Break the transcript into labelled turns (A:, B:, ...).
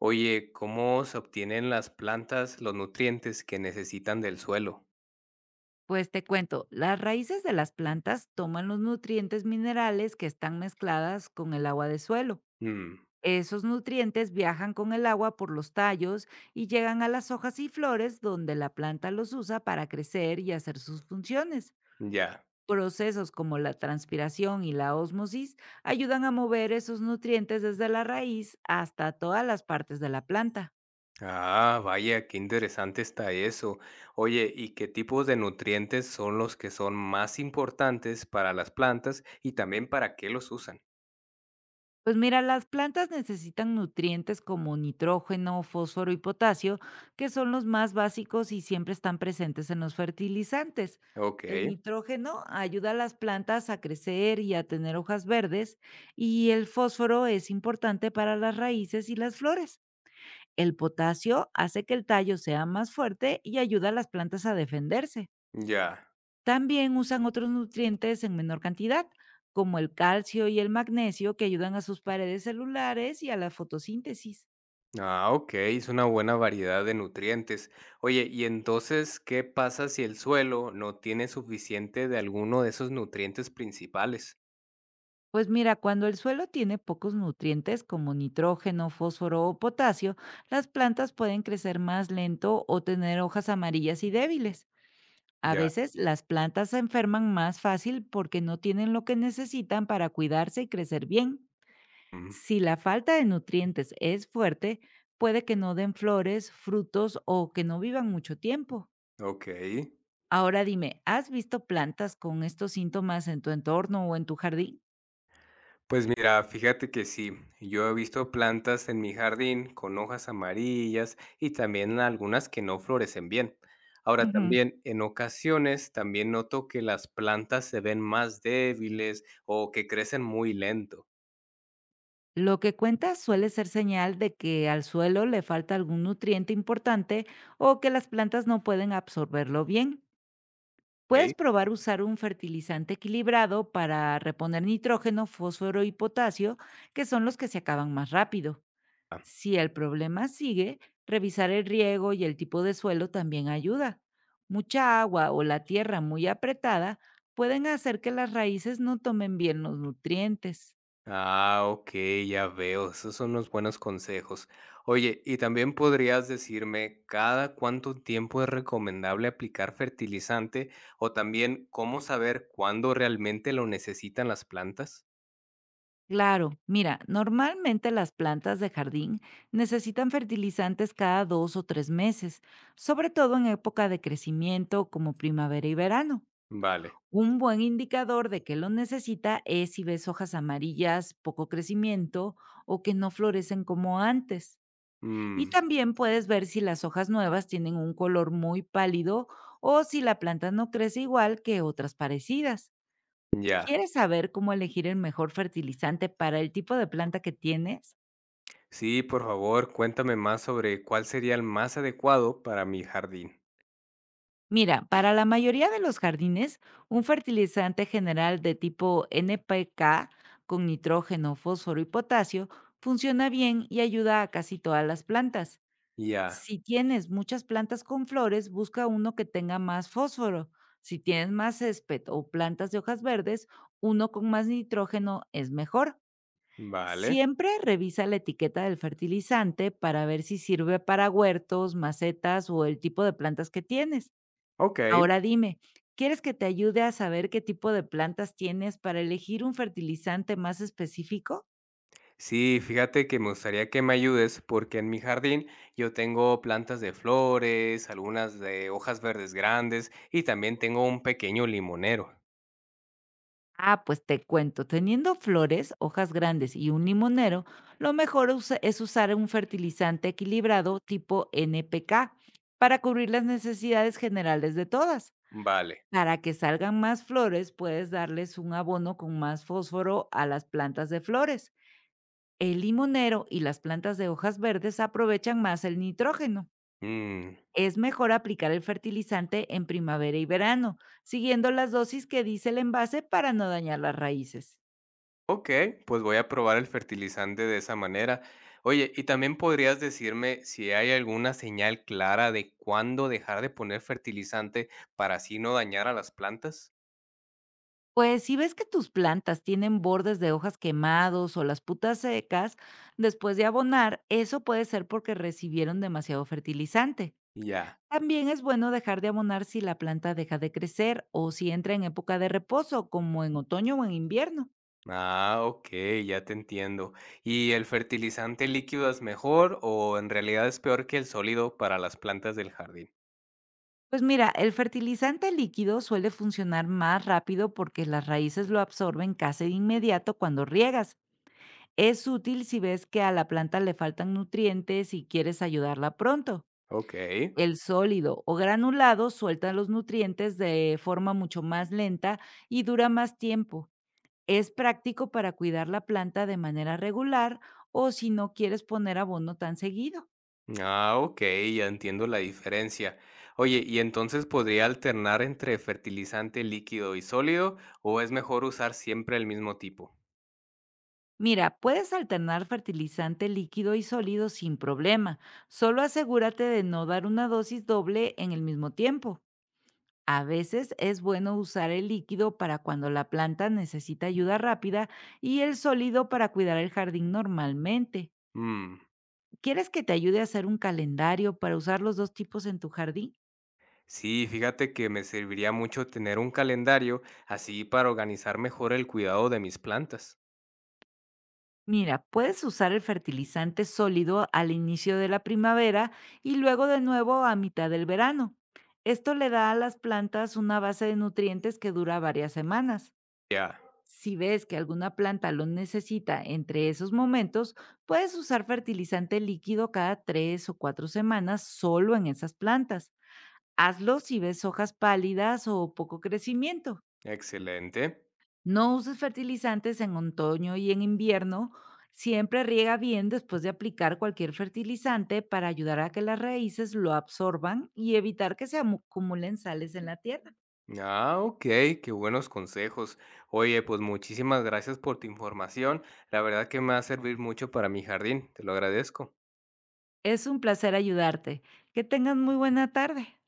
A: Oye, ¿cómo se obtienen las plantas los nutrientes que necesitan del suelo?
B: Pues te cuento, las raíces de las plantas toman los nutrientes minerales que están mezcladas con el agua de suelo.
A: Mm,
B: Esos nutrientes viajan con el agua por los tallos y llegan a las hojas y flores donde la planta los usa para crecer y hacer sus funciones.
A: ya.
B: Procesos como la transpiración y la ósmosis ayudan a mover esos nutrientes desde la raíz hasta todas las partes de la planta.
A: Ah, vaya, qué interesante está eso. Oye, ¿y qué tipos de nutrientes son los que son más importantes para las plantas y también para qué los usan?
B: Pues mira, las plantas necesitan nutrientes como nitrógeno, fósforo y potasio, que son los más básicos y siempre están presentes en los fertilizantes.
A: Ok,
B: El nitrógeno ayuda a las plantas a crecer y a tener hojas verdes, y el fósforo es importante para las raíces y las flores. El potasio hace que el tallo sea más fuerte y ayuda a las plantas a defenderse.
A: ya.
B: También usan otros nutrientes en menor cantidad, como el calcio y el magnesio, que ayudan a sus paredes celulares y a la fotosíntesis.
A: Ah, ok, es una buena variedad de nutrientes. Oye, ¿y entonces qué pasa si el suelo no tiene suficiente de alguno de esos nutrientes principales?
B: Pues mira, cuando el suelo tiene pocos nutrientes como nitrógeno, fósforo o potasio, las plantas pueden crecer más lento o tener hojas amarillas y débiles. A
A: Ya.
B: veces las plantas se enferman más fácil porque no tienen lo que necesitan para cuidarse y crecer bien.
A: Mm,
B: Si la falta de nutrientes es fuerte, puede que no den flores, frutos o que no vivan mucho tiempo.
A: ok.
B: Ahora dime, ¿has visto plantas con estos síntomas en tu entorno o en tu jardín?
A: Pues mira, fíjate que sí, yo he visto plantas en mi jardín con hojas amarillas y también algunas que no florecen bien. Ahora
B: Ujú.
A: también, en ocasiones, también noto que las plantas se ven más débiles o que crecen muy lento.
B: Lo que cuentas suele ser señal de que al suelo le falta algún nutriente importante o que las plantas no pueden absorberlo bien. Puedes probar usar un fertilizante equilibrado para reponer nitrógeno, fósforo y potasio, que son los que se acaban más rápido.
A: ¿Ok?
B: Si el problema sigue, revisar el riego y el tipo de suelo también ayuda. Mucha agua o la tierra muy apretada pueden hacer que las raíces no tomen bien los nutrientes.
A: Ah, ok, ya veo. Esos son unos buenos consejos. Oye, ¿y también podrías decirme cada cuánto tiempo es recomendable aplicar fertilizante o también cómo saber cuándo realmente lo necesitan las plantas?
B: Claro, mira, normalmente las plantas de jardín necesitan fertilizantes cada dos o tres meses, sobre todo en época de crecimiento como primavera y verano.
A: Vale.
B: Un buen indicador de que lo necesita es si ves hojas amarillas, poco crecimiento o que no florecen como antes. Y
A: Mm,
B: también puedes ver si las hojas nuevas tienen un color muy pálido o si la planta no crece igual que otras parecidas.
A: ya.
B: ¿Quieres saber cómo elegir el mejor fertilizante para el tipo de planta que tienes?
A: Sí, por favor, cuéntame más sobre cuál sería el más adecuado para mi jardín.
B: Mira, para la mayoría de los jardines, un fertilizante general de tipo NPK, con nitrógeno, fósforo y potasio, funciona bien y ayuda a casi todas las plantas.
A: Ya.
B: Si tienes muchas plantas con flores, busca uno que tenga más fósforo. Si tienes más césped o plantas de hojas verdes, uno con más nitrógeno es mejor.
A: Vale.
B: Siempre revisa la etiqueta del fertilizante para ver si sirve para huertos, macetas o el tipo de plantas que tienes.
A: Ok.
B: Ahora dime, ¿quieres que te ayude a saber qué tipo de plantas tienes para elegir un fertilizante más específico?
A: Sí, fíjate que me gustaría que me ayudes porque en mi jardín yo tengo plantas de flores, algunas de hojas verdes grandes y también tengo un pequeño limonero.
B: Ah, pues te cuento, teniendo flores, hojas grandes y un limonero, lo mejor es usar un fertilizante equilibrado tipo NPK para cubrir las necesidades generales de todas.
A: Vale.
B: Para que salgan más flores, puedes darles un abono con más fósforo a las plantas de flores. El limonero y las plantas de hojas verdes aprovechan más el nitrógeno.
A: Mm,
B: Es mejor aplicar el fertilizante en primavera y verano, siguiendo las dosis que dice el envase para no dañar las raíces.
A: ok, pues voy a probar el fertilizante de esa manera. Oye, y también podrías decirme si hay alguna señal clara de cuándo dejar de poner fertilizante para así no dañar a las plantas.
B: Pues si ves que tus plantas tienen bordes de hojas quemados o las putas secas, después de abonar, eso puede ser porque recibieron demasiado fertilizante.
A: Ya.
B: También es bueno dejar de abonar si la planta deja de crecer o si entra en época de reposo, como en otoño o en invierno.
A: Ah, okey, ya te entiendo. ¿Y el fertilizante líquido es mejor o en realidad es peor que el sólido para las plantas del jardín?
B: Pues mira, el fertilizante líquido suele funcionar más rápido porque las raíces lo absorben casi de inmediato cuando riegas. Es útil si ves que a la planta le faltan nutrientes y quieres ayudarla pronto.
A: Okey.
B: El sólido o granulado suelta los nutrientes de forma mucho más lenta y dura más tiempo. Es práctico para cuidar la planta de manera regular o si no quieres poner abono tan seguido.
A: Ah, okey, ya entiendo la diferencia. Oye, ¿y entonces podría alternar entre fertilizante líquido y sólido o es mejor usar siempre el mismo tipo?
B: Mira, puedes alternar fertilizante líquido y sólido sin problema. Solo asegúrate de no dar una dosis doble en el mismo tiempo. A veces es bueno usar el líquido para cuando la planta necesita ayuda rápida y el sólido para cuidar el jardín normalmente.
A: Mm,
B: ¿Quieres que te ayude a hacer un calendario para usar los dos tipos en tu jardín?
A: sí, fíjate que me serviría mucho tener un calendario así para organizar mejor el cuidado de mis plantas.
B: Mira, puedes usar el fertilizante sólido al inicio de la primavera y luego de nuevo a mitad del verano. Esto le da a las plantas una base de nutrientes que dura varias semanas.
A: Ya,
B: Si ves que alguna planta lo necesita entre esos momentos, puedes usar fertilizante líquido cada tres o cuatro semanas solo en esas plantas. Hazlo si ves hojas pálidas o poco crecimiento.
A: excelente.
B: No uses fertilizantes en otoño y en invierno. Siempre riega bien después de aplicar cualquier fertilizante para ayudar a que las raíces lo absorban y evitar que acumulen sales en la tierra.
A: Ah, ok, qué buenos consejos. Oye, pues muchísimas gracias por tu información. La verdad que me va a servir mucho para mi jardín. Te lo agradezco.
B: Es un placer ayudarte. Que tengas muy buena tarde.